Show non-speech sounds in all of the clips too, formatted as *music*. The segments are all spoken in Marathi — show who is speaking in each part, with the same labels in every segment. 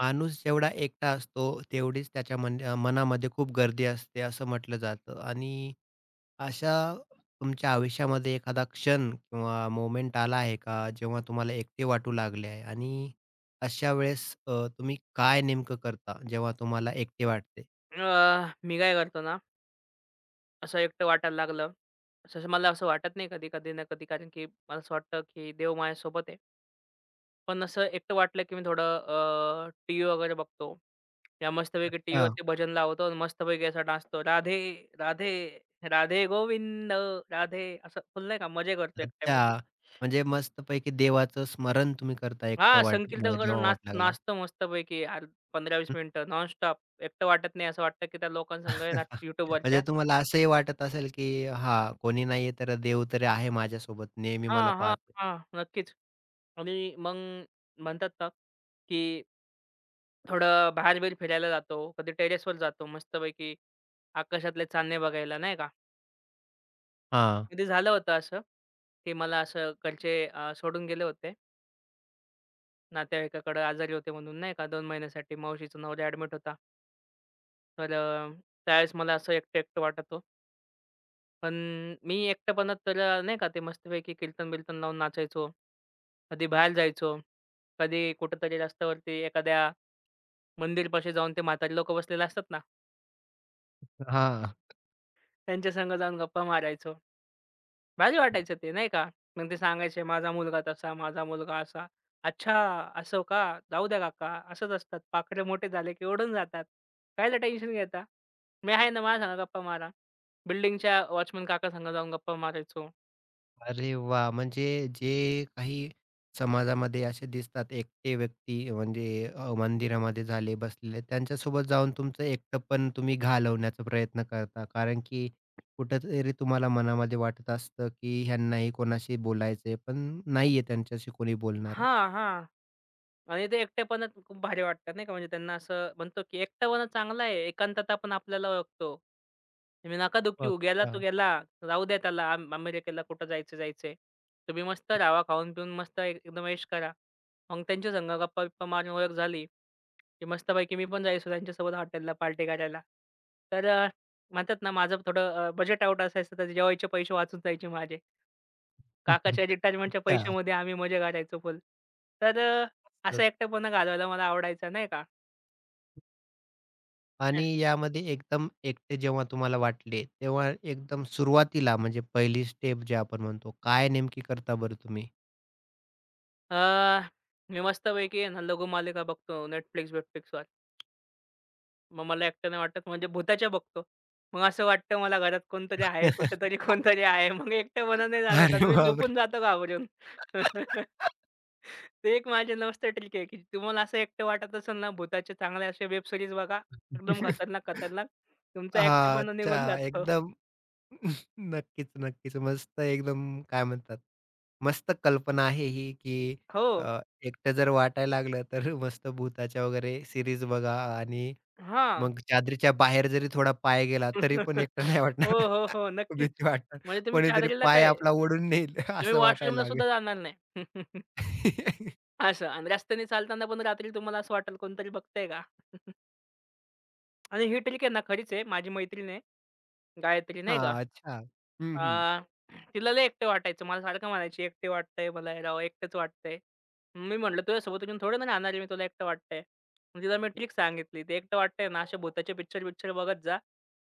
Speaker 1: माणूस जेवढा एकटा असतो, तेवढीच त्याच्या मनामध्ये खूप गर्दी असते, असं म्हटलं जातं. आणि अशा तुमच्या आयुष्यामध्ये एखादा क्षण किंवा मोमेंट आला आहे का, जेव्हा तुम्हाला एकटे वाटू लागले आहे? आणि अशा वेळेस तुम्ही काय नेमकं करता, जेव्हा तुम्हाला एकटे वाटते?
Speaker 2: मी काय करतो ना, असं एकटं वाटायला लागलं. असं असं मला असं वाटत नाही कधी-कधी ना कधी कारण की मला असं वाटतं की देव माझ्यासोबत आहे. पण असं एकटं वाटलं की मी थोडं टीव्ही वगैरे बघतो. या मस्तपैकी
Speaker 1: अच्छा.
Speaker 2: टीव्हीवरती भजन लावतो आणि मस्तपैकी असा नाचतो. राधे, राधे, राधे गोविंद राधे असं फुल नाही का मजे करतो एकट्यामध्ये.
Speaker 1: अच्छा. म्हणजे मस्तपैकी देवाचं स्मरण तुम्ही करता एकटं
Speaker 2: हां,
Speaker 1: वाट
Speaker 2: संकीर्तन करून
Speaker 1: जेव्हा
Speaker 2: नाच
Speaker 1: वाटू लागलं.
Speaker 2: नाचतो मस्तपैकी 15-20 मिनिटं नॉनस्टॉप. एकटं वाटत नाही असं वाटतं की त्या लोकांसंग आहे ना
Speaker 1: *laughs* म्हणजे
Speaker 2: YouTubeवरच्या.
Speaker 1: तुम्हाला असंही वाटत असेल, की हां, कोणी नाहीये तर देव तरी आहे माझ्यासोबत, नेहमी मला
Speaker 2: हां, हां,
Speaker 1: पाहतो.
Speaker 2: हां. नक्कीच. आणि मग म्हणतात ना, की थोडं बाहेर-बिहेर फिरायला जातो. कधी टेरेसवर जातो मस्तपैकी आकाशातले चांदणे बघायला, नाही का.
Speaker 1: हां,
Speaker 2: कधी झालं होतं असं, की मला असं घरचे सोडून गेले होते. नातेवाईकाकडे आजारी होते म्हणून नाही का 2 महिन्यासाठी मावशीचा नवरा ॲडमिट होता. तर त्यावेळेस मला असं एकटं-एकटं वाटत हो. पण मी एकटेपणात तर नाही का ते मस्तपैकी कीर्तन-बिर्तन लावून नाचायचो. कधी बाहेर जायचो. कधी कुठेतरी रस्त्यावरती एखाद्या मंदिरपाशी जाऊन ते म्हातारे लोकं बसलेले असतात ना,
Speaker 1: हां.
Speaker 2: त्यांच्या संग जाऊन गप्पा मारायचो. भारी वाटायचं ते नाही का. मग ते सांगायचे, "माझा मुलगा तसा, माझा मुलगा असा." "अच्छा, असं का? जाऊ द्या काका, असंच असतात. पाखरे मोठे झाले की ओढून जातात. कायला टेन्शन घेता? मी आहे ना, माझ्यासंग गप्पा मारा." बिल्डिंगच्या वॉचमन काकासंग जाऊन गप्पा मारायचो.
Speaker 1: अरे वाह! म्हणजे जे काही समाजामध्ये असे दिसतात एकटे व्यक्ती म्हणजे मंदिरामध्ये झाले बसलेले, त्यांच्यासोबत जाऊन तुमचं एकटं पण तुम्ही घालवण्याचा प्रयत्न करता. कारण की कुठेतरी तुम्हाला मनामध्ये वाटत असतं, की ह्यांनाही कोणाशी बोलायचंय, पण नाहीये त्यांच्याशी कोणी बोलणारं.
Speaker 2: हां, हां. आणि ते एकटेपणात खूप भारी वाटतात नाही का, म्हणजे त्यांना असं म्हणतो की एकटेपणा चांगला आहे. एकांतता पण आपल्याला ओळखतो. तुम्ही नका दुखी होऊ. गेला तो
Speaker 1: अच्छा.
Speaker 2: गेला. राहू द्या त्याला अमेरिकेला कुठं जायचं जायचंय. तुम्ही मस्त राहावा, खाऊन पिऊन मस्त एकदम ऐश करा. मग त्यांच्या संग गप्पा-बिप्पा मारून ओळख झाली, की मस्तपैकी मी पण जायचो त्यांच्यासोबत हॉटेलला पार्टी करायला. तर म्हणतात ना माझं थोडं बजेट आउट असायचं तर जेवायचे पैसे वाचून जायचे माझे. काकाच्या
Speaker 1: *laughs*
Speaker 2: रिटायरमेंटच्या पैशामध्ये आम्ही मजा करायचो फुल. तर असा
Speaker 1: अच्छा.
Speaker 2: एकटेपणा घालवायला मला आवडायचा नाही का.
Speaker 1: आणि
Speaker 2: हं.
Speaker 1: यामध्ये एकदम एकटे जेव्हा तुम्हाला वाटले, तेव्हा एकदम सुरुवातीला म्हणजे पहिली स्टेप जे आपण म्हणतो, काय नेमकी करता बरं तुम्ही?
Speaker 2: अ, मी मस्तपैकी आहे ना लघुमालिका बघतो Netflix-बिटफ्लिक्सवर. मग मला एकटं नाही वाटत म्हणजे भुताच्या बघतो. मग असं वाटतं मला घरात कोणतरी आहे, कुठेतरी
Speaker 1: *laughs*
Speaker 2: कोणतरी आहे. मग एकटेपणा नाही जाणवत आणि
Speaker 1: अरे
Speaker 2: मी
Speaker 1: बापरे!
Speaker 2: झोपून जातो घाबरून. *laughs*
Speaker 1: *laughs*
Speaker 2: ते एक माझी मस्त ट्रिक आहे, की तुम्हाला असं एकटं वाटत असेल ना भुताचे चांगले असे वेब सीरीज बघा. एकदम खतरनाक, खतरनाक. तुमचा एकटेपणा निघून
Speaker 1: अच्छा.
Speaker 2: जातो.
Speaker 1: एकदम *laughs* नक्कीच, नक्कीच. मस्त एकदम काय म्हणतात, मस्त कल्पना आहे ही, की
Speaker 2: हो.
Speaker 1: अ, एकटं जर वाटायला लागलं तर मस्त भुताच्या वगैरे सीरीज बघा आणि
Speaker 2: हां.
Speaker 1: मग चादरीच्या बाहेर जरी थोडा पाय गेला, तरी पण एकटं
Speaker 2: *laughs* हो,
Speaker 1: नाही वाटणार.
Speaker 2: हो,
Speaker 1: *laughs*
Speaker 2: हो. नक्कीच.
Speaker 1: भीती वाटणार.
Speaker 2: म्हणजे तुम्ही
Speaker 1: कोणीतरी
Speaker 2: चादरीला
Speaker 1: पाय
Speaker 2: काय,
Speaker 1: आपला ओढून नेईल
Speaker 2: तुम्ही
Speaker 1: *laughs* असं वाटायला
Speaker 2: वॉशरूमला
Speaker 1: लागेल.
Speaker 2: सुद्धा जाणार नाही. *laughs*
Speaker 1: *laughs*
Speaker 2: असं आणि रस्त्याने चालताना पण रात्री तुम्हाला असं वाटेल कोणतरी बघतंय का? *laughs* आणि ही ट्रिक आहे ना खरीच आहे. माझी मैत्रीण आहे, गायत्री नाही का.
Speaker 1: हां, अच्छा. हं, हं.
Speaker 2: अ, तिला लय एकटं वाटायचं. मला सारखं म्हणायची, "एकटे वाटतंय मला हे राव, एकटंच वाटतंय." मी म्हटलं, "तुझ्यासोबत येऊन थोडं ना राहणार आहे मी, तुला एकटं वाटतंय." मग तिला मी ट्रिक सांगितली. "ते एकटं वाटतंय ना, असे भुताचे पिक्चर-बिक्चर बघत जा."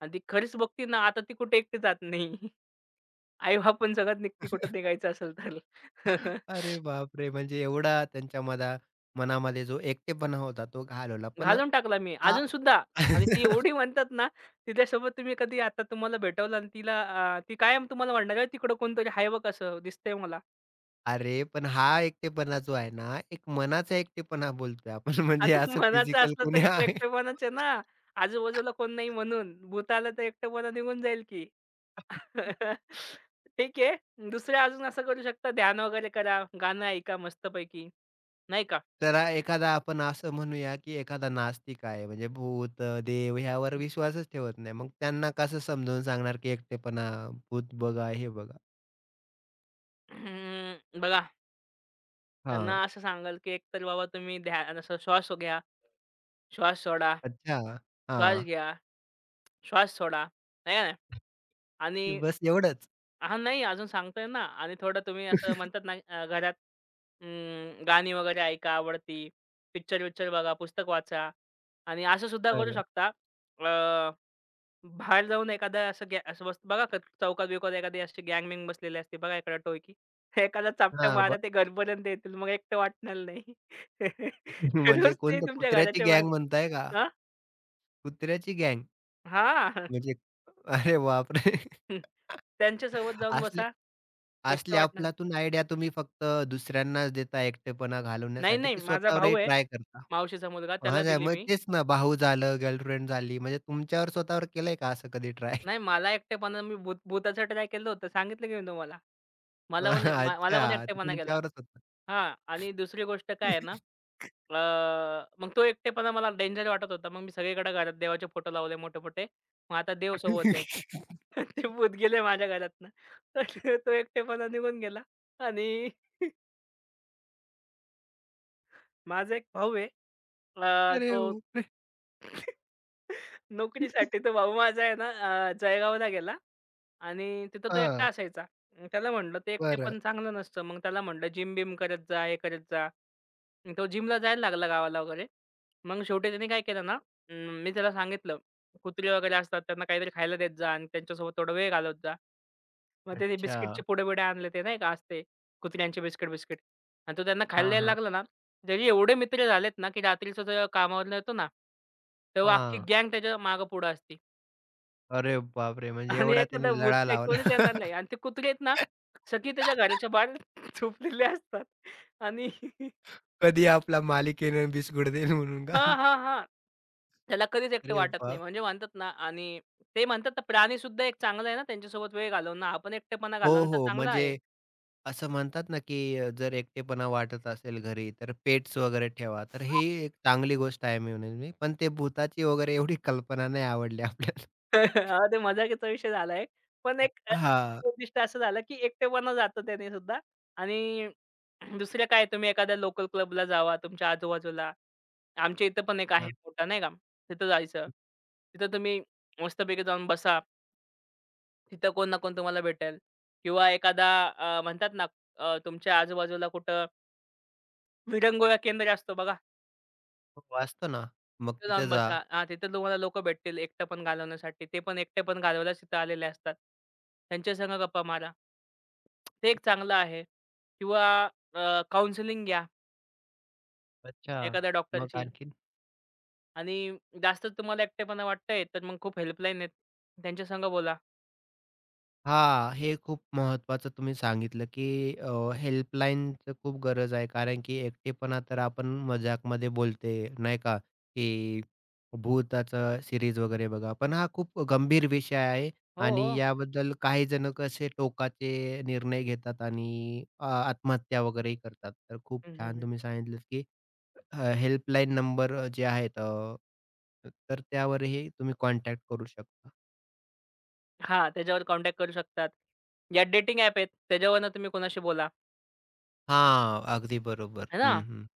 Speaker 2: आणि ती खरीच बघती ना, आता ती कुठे एकटी जात नाही. आई-बाप पण सगळ्यात निघती कुठं निघायचं असेल तर. *laughs*
Speaker 1: अरे बापरे! म्हणजे एवढा त्यांच्या मनामध्ये जो एकटेपणा होता तो घालवला. पण
Speaker 2: घालून टाकला मी
Speaker 1: हा
Speaker 2: अजून सुद्धा. आणि ती
Speaker 1: *laughs*
Speaker 2: एवढी म्हणतात ना, तिच्यासोबत तुम्ही कधी आता तुम्हाला भेटवलं आणि तिला ती कायम तुम्हाला म्हणणार, "अरे तिकडं कोणतरी आहे बघ असं दिसतंय मला."
Speaker 1: अरे, पण हा एकटेपणा जो आहे ना, एक मनाचा एकटेपणा बोलतोय आपण *laughs* म्हणजे
Speaker 2: आता
Speaker 1: असं
Speaker 2: मनाचं
Speaker 1: फिजिकल
Speaker 2: असलं
Speaker 1: कुणी
Speaker 2: तरी तो
Speaker 1: आहे
Speaker 2: एकटेपणाच आहे ना, आजूबाजूला कोण नाही म्हणून. भूत तर एकटेपणा निघून जाईल की. *laughs* ठीक आहे. दुसरं अजून असं करू शकता ध्यान वगैरे करा, गाणं ऐका मस्तपैकी, नाही का?
Speaker 1: तर हा एखादा आपण असं म्हणूया, की एखादा नास्तिक आहे म्हणजे भूत, देव ह्यावर विश्वासच ठेवत नाही. मग त्यांना कसं समजावून सांगणार, की एकटेपणा, भूत बघा, हे बघा.
Speaker 2: हम्म, बघा
Speaker 1: हां,
Speaker 2: त्यांना असं सांगाल, की एकतर बाबा तुम्ही ध्यान असं श्वास घ्या, श्वास सोडा,
Speaker 1: अच्छा.
Speaker 2: श्वास
Speaker 1: हां,
Speaker 2: घ्या, श्वास सोडा. आहे का नाही? आणि
Speaker 1: बस एवढंच.
Speaker 2: हां, नाही अजून सांगतोय ना आणि थोडं तुम्ही असं
Speaker 1: *laughs*
Speaker 2: म्हणतात ना घरात अं, गाणी वगैरे ऐका आवडती, पिक्चर-विक्चर बघा, पुस्तक वाचा आणि असं सुद्धा करू
Speaker 1: बरं.
Speaker 2: शकता. बाहेर जाऊन एखादा असं असं बस बघा चौकात-बिवकात एखादी अशी गँग-बिँग बसलेली असते बघा एखादा टोळकी. *laughs* एखादा चापटा
Speaker 1: हां,
Speaker 2: मारा
Speaker 1: ब
Speaker 2: ते घरपर्यंत येतील मग एकटं वाटणार नाही.
Speaker 1: *laughs*
Speaker 2: *laughs*
Speaker 1: म्हणजे
Speaker 2: रोज ते
Speaker 1: कोणतं
Speaker 2: तुमच्या
Speaker 1: कुत्र्याची
Speaker 2: घराच्या बाहेर.
Speaker 1: गँग म्हणताय का?
Speaker 2: हां,
Speaker 1: कुत्र्याची गँग
Speaker 2: हां.
Speaker 1: म्हणजे अरे बापरे!
Speaker 2: *laughs* त्यांच्यासोबत
Speaker 1: *laughs*
Speaker 2: जाऊन
Speaker 1: असले
Speaker 2: बसा, एकटं
Speaker 1: असले
Speaker 2: वाटणार नाही.
Speaker 1: अफलातून आयडिया तुम्ही फक्त दुसऱ्यांनाच देता एकटेपणा
Speaker 2: नाही,
Speaker 1: घालवण्यासाठी,
Speaker 2: नाही
Speaker 1: की
Speaker 2: माझा भाऊ
Speaker 1: स्वतःवरही
Speaker 2: आहे,
Speaker 1: ट्राय करता?
Speaker 2: मावशीचा मुलगा
Speaker 1: हां,
Speaker 2: त्याला
Speaker 1: नाही
Speaker 2: दिली
Speaker 1: मग
Speaker 2: मी.
Speaker 1: तेच ना, भाऊ झालं, गर्लफ्रेंड झाली. म्हणजे तुमच्यावर स्वतःवर केलंय का असं कधी ट्राय?
Speaker 2: नाही मला एकटेपणा मी भूताचं ट्राय केलं होतं सांगितलं की मी तुम्हाला. मला पण
Speaker 1: *laughs*
Speaker 2: मला पण
Speaker 1: अच्छा, ते
Speaker 2: एकटेपणा गेला.
Speaker 1: तुमच्यावरच होतं.
Speaker 2: हां आणि दुसरी गोष्ट काय आहे ना अ, मग तो एकटेपणा मला डेंजर वाटत होता. मग मी सगळीकडे घरात देवाचे फोटो लावले मोठे-मोठे. मग आता देव सोबत आहे.
Speaker 1: *laughs*
Speaker 2: *laughs* ते भूत गेले माझ्या घरातनं. तर तो एकटेपणा निघून गेला आणि माझा एक भाऊ आहे.
Speaker 1: अरे
Speaker 2: तो
Speaker 1: बापरे!
Speaker 2: नोकरीसाठी तर भाऊ माझा आहे ना जळगावला गेला आणि तिथं तो एकटा
Speaker 1: हां,
Speaker 2: असायचा. त्याला म्हटलं, "ते
Speaker 1: बरं.
Speaker 2: एकटेपण चांगलं नसतं." मग त्याला म्हटलं, "जिम-बिम करत जा, हे करत जा." मग तो जिमला जायला लागला गावाला वगैरे. मग शेवटी त्याने काय केलं ना, मी त्याला सांगितलं, "कुत्रे वगैरे असतात, त्यांना काहीतरी खायला देत जा आणि त्यांच्यासोबत थोडा वेळ घालवत जा." मग त्याने
Speaker 1: अच्छा.
Speaker 2: बिस्किटचे पुडे-बिडे आणले ते नाही का असते कुत्र्यांचे बिस्किट-बिस्किट आणि तो त्यांना खायला
Speaker 1: हां,
Speaker 2: द्यायला
Speaker 1: हां.
Speaker 2: लागला ना, त्याचे एवढे मित्र झालेत ना, की रात्रीचा जेव्हा कामावरून येतो ना, तेव्हा अख्खी
Speaker 1: हां.
Speaker 2: गँग त्याच्या मागे पुढे असते.
Speaker 1: अरे बापरे! म्हणजे
Speaker 2: आणि
Speaker 1: एवढा
Speaker 2: एखादा
Speaker 1: त्यांनी
Speaker 2: भूत
Speaker 1: लळा
Speaker 2: काही
Speaker 1: लावला.
Speaker 2: कोणीच येणार नाही. आणि ते कुत्रे आहेत ना, सगळी
Speaker 1: *laughs*
Speaker 2: त्याच्या घराच्या बाहेर *laughs* झोपलेले असतात. आणि *laughs*
Speaker 1: कधी आपला मालिकेने बिस्कुट देईल म्हणून का?
Speaker 2: हां, हां, हां. त्याला कधीच एकटं
Speaker 1: अरे
Speaker 2: वाटत नाही.
Speaker 1: बाप!
Speaker 2: म्हणजे म्हणतात ना आणि ते म्हणतात ना, प्राणीसुद्धा एक चांगला आहे ना, त्यांच्यासोबत वेळ घालवणं. हा एकटेपणा
Speaker 1: हो,
Speaker 2: घालवणं तर
Speaker 1: हो.
Speaker 2: चांगला आहे.
Speaker 1: म्हणजे असं म्हणतात ना, की जर एकटेपणा वाटत असेल घरी, तर पेट्स वगैरे ठेवा. तर ही
Speaker 2: *laughs*
Speaker 1: एक चांगली गोष्ट आहे म्हणून मी पण ते भुताची वगैरे एवढी कल्पना नाही आवडली आपल्याला.
Speaker 2: हां, ते मजाकीचा विषय झाला पण एक
Speaker 1: हां.
Speaker 2: उद्दिष्ट असं झालं, की एकटेपणा जातो त्याने सुद्धा. आणि *clears throat* दुसरं काय तुम्ही एखाद्या लोकल क्लबला जावा तुमच्या आजूबाजूला. आमच्या इथं पण एक आहे
Speaker 1: हां.
Speaker 2: मोठा नाही का, तिथं जायचं. तिथं तुम्ही मस्तपैकी जाऊन बसा. तिथं कोण ना कोण तुम्हाला भेटेल किंवा एखादा म्हणतात ना तुमच्या आजूबाजूला कुठं विरंगुळा केंद्र असतो बघा,
Speaker 1: हो, असतो ना. मग
Speaker 2: तिथं
Speaker 1: तिथे
Speaker 2: जाऊन
Speaker 1: जा.
Speaker 2: बसा. हां, तिथं तुम्हाला लोकं भेटतील एकटेपण घालवण्यासाठी. ते पण एकटेपण घालवायलाच तिथं आलेले असतात. त्यांच्या संग गप्पा मारा. ते एक चांगलं आहे किंवा काउन्सिलिंग घ्या
Speaker 1: अच्छा.
Speaker 2: एखाद्या
Speaker 1: मग
Speaker 2: डॉक्टरची.
Speaker 1: आणखीन?
Speaker 2: आणि जास्त तुम्हाला एकटेपणा वाटतंय, तर मग खूप हेल्पलाईन आहेत. त्यांच्या संग बोला.
Speaker 1: हां, हे खूप महत्त्वाचं तुम्ही सांगितलं, की अ, हेल्पलाईनचं खूप गरज आहे. कारण की एकटेपणा तर आपण मजाकमध्ये बोलते, नाही का, की भूताचं सीरीज वगैरे बघा. पण हा खूप गंभीर विषय आहे
Speaker 2: हो,
Speaker 1: आणि
Speaker 2: हो.
Speaker 1: याबद्दल काही जण कसे टोकाचे निर्णय घेतात आणि आत्महत्या वगैरेही करतात. तर खूप
Speaker 2: हं, हं,
Speaker 1: छान
Speaker 2: हं.
Speaker 1: तुम्ही सांगितलंत, की हेल्पलाईन नंबर जे आहेत तर त्यावरही तुम्ही कॉन्टॅक्ट करू शकता.
Speaker 2: हां, त्याच्यावर कॉन्टॅक्ट करू शकतात. या डेटिंग ॲप आहेत, त्याच्यावरनं तुम्ही कोणाशी बोला,
Speaker 1: हां, अगदी बरोबर.
Speaker 2: है ना?
Speaker 1: हं, हं.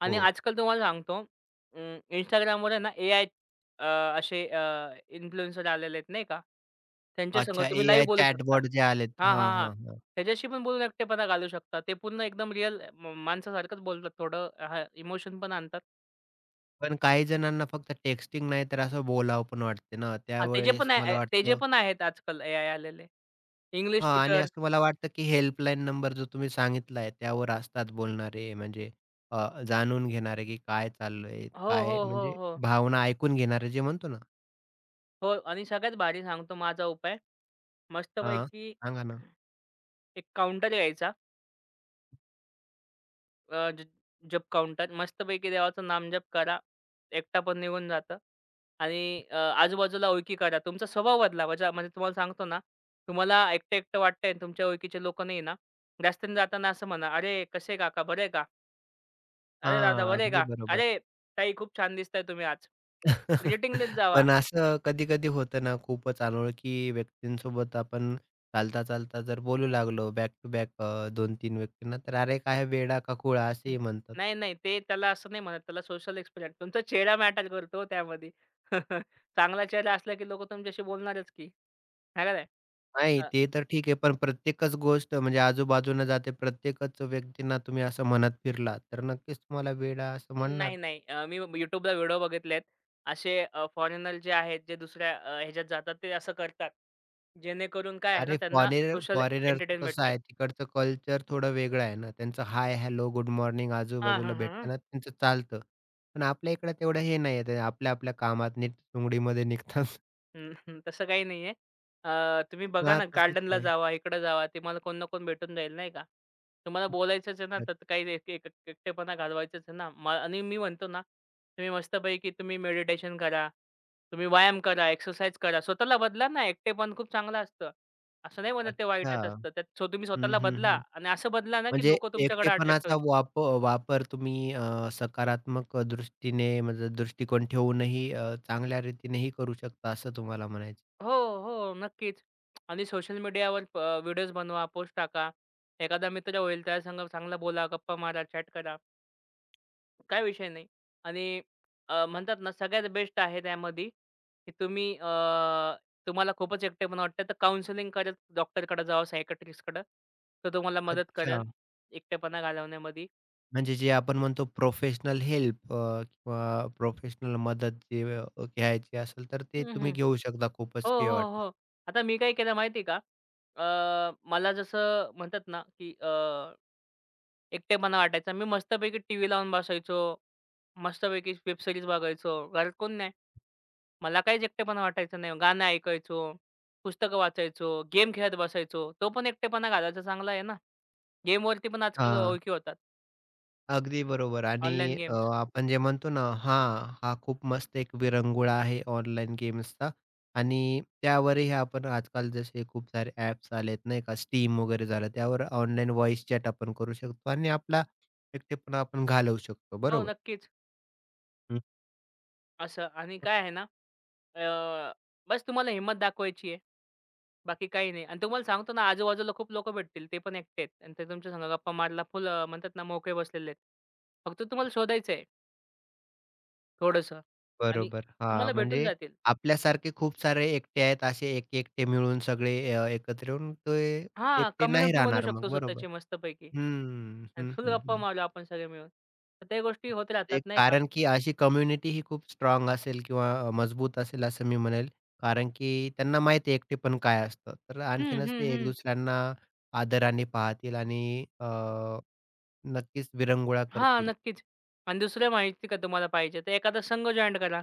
Speaker 2: आणि
Speaker 1: हो.
Speaker 2: आजकाल तुम्हाला सांगतो अ, Instagramवर आहे ना, एआय अ, असे इन्फ्लुएन्सर आलेले आहेत नाही का? त्यांच्या संग
Speaker 1: अच्छा,
Speaker 2: तुम्ही लाईव्ह
Speaker 1: एआय
Speaker 2: बोलू शकता.
Speaker 1: चॅटबॉट जे आलेत.
Speaker 2: हां,
Speaker 1: हां,
Speaker 2: हां, हां.
Speaker 1: हां, हां.
Speaker 2: त्याच्याशी पण बोलून एकटेपणा घालवू शकता. ते पूर्ण एकदम रिअल माणसासारखंच बोलतात. थोडं इमोशन पण आणतात.
Speaker 1: पण काही जणांना फक्त टेक्स्टिंग नाही तर असं बोलावं पण वाटते ना,
Speaker 2: हां, त्याचे पण
Speaker 1: त्यावेळेस
Speaker 2: आहे
Speaker 1: मला
Speaker 2: आहे त्याचे
Speaker 1: वाटतं
Speaker 2: पण आहेत आजकाल एआय आलेले. इंग्लिश
Speaker 1: हां आणि
Speaker 2: ट्यूटर.
Speaker 1: असं मला वाटतं की हेल्पलाईन नंबर जो तुम्ही सांगितला आहे, त्यावर असतात बोलणारे म्हणजे अ, जाणून घेणारे की काय चाललंय,
Speaker 2: हो,
Speaker 1: काय
Speaker 2: हो, हो,
Speaker 1: म्हणजे
Speaker 2: हो.
Speaker 1: भावना ऐकून घेणारे जे म्हणतो ना.
Speaker 2: हो आणि सगळ्यात भारी सांगतो माझा उपाय.
Speaker 1: हां,
Speaker 2: मस्तपैकी
Speaker 1: सांगा ना.
Speaker 2: एक काउंटर यायचा अ, ज जप काउंटर. मस्तपैकी देवाचं नामजप करा. एकटा पण निघून जातं आणि अ, आजूबाजूला ओळखी करा. तुमचा स्वभाव बदलावा. ज्या म्हणजे तुम्हाला सांगतो ना, तुम्हाला एकटं-एकटं वाटतंय आणि तुमच्या ओळखीचे लोकं नाही ना, रस्त्याने जाताना असं म्हणा, "अरे, कसे काका? बरे का? अरे दादा
Speaker 1: हां,
Speaker 2: बरे का?
Speaker 1: अगदी बरोबर.
Speaker 2: अरे ताई खूप छान दिसताय तुम्ही आज." ग्रीटिंग देत
Speaker 1: *laughs*
Speaker 2: जावा.
Speaker 1: पण असं कधी-कधी होतं ना, खूपच अनोळखी व्यक्तींसोबत आपण चालता-चालता जर बोलू लागलो बॅक टू बॅक 2 व्यक्तींना, तर "अरे, काय वेडा का खोळा?"
Speaker 2: हं.
Speaker 1: असेही म्हणतात.
Speaker 2: नाही, नाही ते त्याला असं नाही म्हणत. त्याला सोशल एक्सपिरियन्स तुमचा चेहरा मॅटर करतो हो त्यामध्ये. *laughs* चांगला चेहरा असला की लोकं तुमच्याशी बोलणारच की. आहे का नाही?
Speaker 1: नाही,
Speaker 2: अ,
Speaker 1: ते तर ठीक आहे, पण प्रत्येकच गोष्ट म्हणजे आजूबाजूनं जाते, प्रत्येकच व्यक्तींना तुम्ही असं म्हणत फिरला, तर नक्कीच तुम्हाला वेडा असं म्हणणार.
Speaker 2: नाही, नाही. मी YouTubeला व्हिडिओ बघितलेत. असे फॉरेनर जे आहेत, जे दुसऱ्या ह्याच्यात जातात ते असं करतात. जेणेकरून काय आहे ना
Speaker 1: अरे,
Speaker 2: त्यांना सोशल
Speaker 1: फॉरेनरचं
Speaker 2: एंटरटेन
Speaker 1: कसं
Speaker 2: भेटतात.
Speaker 1: आहे, तिकडचं कल्चर थोडं वेगळं आहे ना. त्यांचं हाय, हॅलो, गुड मॉर्निंग
Speaker 2: हां,
Speaker 1: आजूबाजूला
Speaker 2: हां, हां.
Speaker 1: भेटताना त्यांचं चालतं. पण आपल्या इकडे तेवढं हे नाही आहे. ते आपल्या-आपल्या कामात नीट-सुंगडीमध्ये निघतात. *laughs*
Speaker 2: हं, हं. तसं काही नाहीये. तुम्ही बघा
Speaker 1: हां,
Speaker 2: ना
Speaker 1: तसंच
Speaker 2: गार्डनला
Speaker 1: नाही.
Speaker 2: जावा, इकडं जावा. तुम्हाला कोण ना कोण भेटून जाईल नाही का. तुम्हाला बोलायचंच आहे ना, तर काही एक एक एकटेपणा घालवायचाच आहे ना. आणि मी म्हणतो ना, तुम्ही मेडिटेशन करा, तुम्ही व्यायाम करा, एक्सरसाइज करा. स्वतःला बदला ना, एकटेपण खूप चांगलं असतं. असं नाही म्हणत ते
Speaker 1: अच्छा.
Speaker 2: वाईटच असतं. त्यात तुम्ही
Speaker 1: हं,
Speaker 2: स्वतःला
Speaker 1: हं,
Speaker 2: बदला
Speaker 1: हं.
Speaker 2: आणि असं बदला ना, की
Speaker 1: म्हणजे
Speaker 2: लोकं तुमच्याकडे अट्रॅक्ट
Speaker 1: एकटेपणाचा
Speaker 2: होईल.
Speaker 1: वापर तुम्ही सकारात्मक दृष्टीने म्हणजे दृष्टिकोन ठेवूनही चांगल्या रीतीनेही करू शकता असं तुम्हाला म्हणायचं
Speaker 2: हो, हो. नक्कीच. आणि सोशल मीडियावर व्हिडिओज बनवा, पोस्ट टाका. एखादा मित्र होईल त्या संग चांगला बोला, गप्पा मारा, चॅट करा. काय विषय नाही. आणि म्हणतात ना सगळ्यात बेस्ट आहे त्यामध्ये, की तुम्हाला खूपच एकटेपणा वाटतं तर काउन्सिलिंग करत डॉक्टरकडे जावा, सायकायट्रिस्टकडे. तो तुम्हाला मदत
Speaker 1: अच्छा.
Speaker 2: करेल एकटेपणा घालवण्यामध्ये.
Speaker 1: म्हणजे जे आपण म्हणतो प्रोफेशनल हेल्प किंवा प्रोफेशनल मदत जे घ्यायची असेल तर ते
Speaker 2: हं, हं.
Speaker 1: तुम्ही घेऊ शकता
Speaker 2: हो,
Speaker 1: खूपच किंवा
Speaker 2: हो,
Speaker 1: वाटलं.
Speaker 2: हो. आता मी काय केलं माहिती आहे का? अ, मला जसं म्हणतात ना, की एकटेपणा वाटायचा. मी मस्तपैकी टीव्ही लावून बसायचो. मस्तपैकी वेब सीरीज बघायचो. घरात कोण नाही. मला काहीच एकटेपणा वाटायचा नाही. गाणं ऐकायचो, पुस्तकं वाचायचो, गेम खेळत बसायचो. तो पण एकटेपणा घालवायचा चांगला आहे ना. गेमवरती पण आजकाल
Speaker 1: हां,
Speaker 2: ओळखी होतात.
Speaker 1: अगदी बरोबर आणि
Speaker 2: ऑनलाईन गेम्स.
Speaker 1: आपण जे म्हणतो ना हां, हा खूप मस्त एक विरंगुळा आहे ऑनलाईन गेम्सचा आणि त्यावरही आपण आजकाल जसे खूप सारे ॲप्स आलेत नाही का Steam वगैरे झालं त्यावर ऑनलाईन व्हॉईस चॅट आपण करू शकतो आणि आपला एकटेपणा आपण घालवू शकतो.
Speaker 2: हो,
Speaker 1: बरोबर.
Speaker 2: नक्कीच.
Speaker 1: हं.
Speaker 2: असं आणि काय आहे ना, अ, बस तुम्हाला हिंमत दाखवायची आहे. बाकी काही नाही आणि तुम्हाला सांगतो ना, आजूबाजूला खूप लोकं भेटतील. ते पण एकटे आहेत आणि ते तुमच्या संग गप्पा मारायला फुल म्हणतात ना, मोकळे बसलेले आहेत. फक्त तुम्हाला शोधायचं थोडंसं आणि
Speaker 1: बरोबर. हां,
Speaker 2: तुम्हाला भेटून
Speaker 1: म्हणजे
Speaker 2: जातील.
Speaker 1: आपल्यासारखे खूप सारे एकटे आहेत असे एक-एकटे मिळून सगळे एकत्र येऊन ते
Speaker 2: हां,
Speaker 1: एकटे नाही
Speaker 2: कम्युनिटी बनवू
Speaker 1: राहणार
Speaker 2: शकतो
Speaker 1: मग बरोबर.
Speaker 2: स्वतःची मस्तपैकी.
Speaker 1: हं,
Speaker 2: आणि
Speaker 1: हं,
Speaker 2: फुल
Speaker 1: हं,
Speaker 2: गप्पा
Speaker 1: हं.
Speaker 2: मारू आपण सगळे मिळून. तर त्या गोष्टी होत राहतात
Speaker 1: एक
Speaker 2: नाही का?
Speaker 1: कारण की अशी कम्युनिटी ही खूप स्ट्राँग असेल किंवा मजबूत असेल असं मी म्हणेल. कारण की त्यांना माहिती आहे एकटेपण काय असतं. तर
Speaker 2: हं,
Speaker 1: आणखीनच
Speaker 2: हं,
Speaker 1: ते एक
Speaker 2: हं.
Speaker 1: दुसऱ्यांना आदराने पाहतील आणि नक्कीच विरंगुळा
Speaker 2: हां,
Speaker 1: करतील.
Speaker 2: नक्कीच. आणि दुसरं माहिती का तुम्हाला पाहिजे तर एखादा संघ जॉइन करा.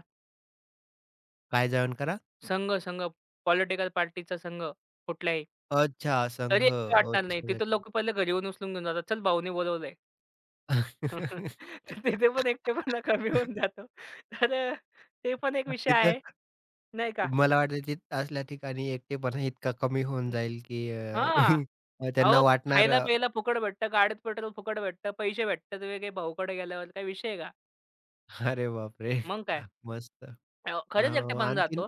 Speaker 1: काय जॉइन करा?
Speaker 2: संघ पॉलिटिकल पार्टीचा संघ कुठलाही.
Speaker 1: अच्छा संघ.
Speaker 2: तरी एकटे वाटणार नाही.
Speaker 1: अच्छा.
Speaker 2: तिथं लोकं पहिले घरी येऊन उचलून घेऊन जातात. चल भाऊनी बोलवलंय. *laughs*
Speaker 1: *laughs*
Speaker 2: तर तिथे पण एकटेपणा कमी होऊन जातो. तर ते पण एक विषय
Speaker 1: तिथं
Speaker 2: आहे. नाही का?
Speaker 1: मला वाटतं तिथं असल्या ठिकाणी एकटेपणा इतका कमी होऊन जाईल, की
Speaker 2: हां.
Speaker 1: *laughs* त्यांना
Speaker 2: अहो,
Speaker 1: वाटणार अं,
Speaker 2: खायला-प्यायला फुकट भेटतं, गाडीत पेट्रोल फुकट भेटतं, पैसे भेटतात वेगळे भाऊकडे गेल्यावर. काय विषय आहे का?
Speaker 1: अरे बापरे!
Speaker 2: मग काय?
Speaker 1: मस्त. अ,
Speaker 2: खरंच एकटेपणा
Speaker 1: आणखीन
Speaker 2: जातो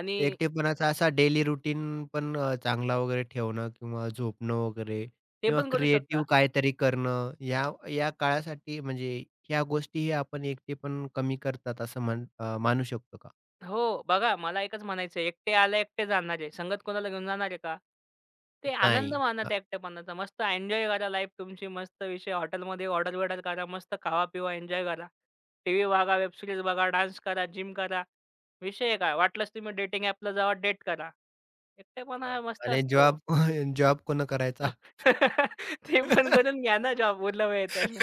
Speaker 2: आणि
Speaker 1: एकटेपणाचा असा डेली रुटीन पण चांगला वगैरे ठेवणं किंवा झोपणं वगैरे
Speaker 2: ते
Speaker 1: किंवा
Speaker 2: पण करू शकता.
Speaker 1: क्रिएटिव्ह काहीतरी करणं या या काळासाठी म्हणजे ह्या गोष्टीही आपण एकटेपण कमी करतात असं म्हण मानू शकतो का?
Speaker 2: हो, बघा मला एकच म्हणायचं एकटे आले एकटे जाणार आहे. संगत कोणाला घेऊन जाणार आहे का? ते आनंद
Speaker 1: नाही.
Speaker 2: माना त्या एकटेपणाचा. मस्त एन्जॉय करा लाईफ तुमची. मस्त विषय हॉटेलमध्ये ऑर्डर-बिर्डर करा. मस्त खावा-पिवा, एन्जॉय करा. टीव्ही बघा, वेब सीरीज बघा, डान्स करा, जिम करा. विषय आहे काय? वाटलंच तुम्ही डेटिंग ॲपला जावा, डेट करा.
Speaker 1: हां.
Speaker 2: एकटेपणा मस्त
Speaker 1: आणि
Speaker 2: असतो.
Speaker 1: जॉब *laughs* जॉब कोण करायचा?
Speaker 2: *laughs* ते पण
Speaker 1: *laughs*
Speaker 2: करून घ्या ना जॉब उरला वेळ तर.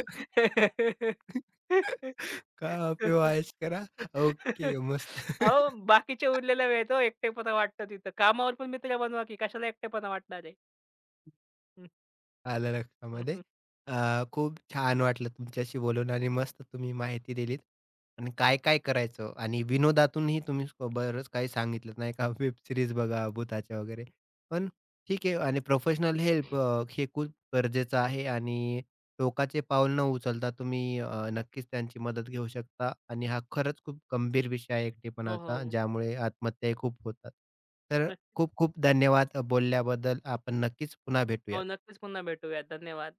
Speaker 1: का पे वो करा. ओके मस्त.
Speaker 2: अहो,
Speaker 1: *laughs*
Speaker 2: बाकीच्या उरलेल्या वेळेत हो एकटेपणा वाटतो तिथं. कामावर पण मित्र बनवा की कशाला एकटेपणा वाटणार आहे.
Speaker 1: आलं लक्षामध्ये.
Speaker 2: *laughs*
Speaker 1: खूप छान वाटलं तुमच्याशी बोलून आणि मस्त तुम्ही माहिती दिलीत आणि काय-काय करायचं आणि विनोदातूनही तुम्ही स- बरंच काही सांगितलं नाही का, *laughs* वेब सीरीज बघा, भुताच्या वगैरे. पण ठीक आहे आणि प्रोफेशनल हेल्प हे खूप गरजेचं आहे आणि टोकाचे पाऊल न उचलता तुम्ही नक्कीच त्यांची मदत घेऊ शकता आणि हा खरंच खूप गंभीर विषय आहे
Speaker 2: हो, हो.
Speaker 1: एकटेपणाचा, ज्यामुळे आत्महत्याही खूप होतात. तर
Speaker 2: नक्की
Speaker 1: खूप-खूप धन्यवाद बोलल्याबद्दल. आपण नक्कीच पुन्हा
Speaker 2: हो,
Speaker 1: भेटूयात.
Speaker 2: नक्कीच पुन्हा भेटूया. धन्यवाद.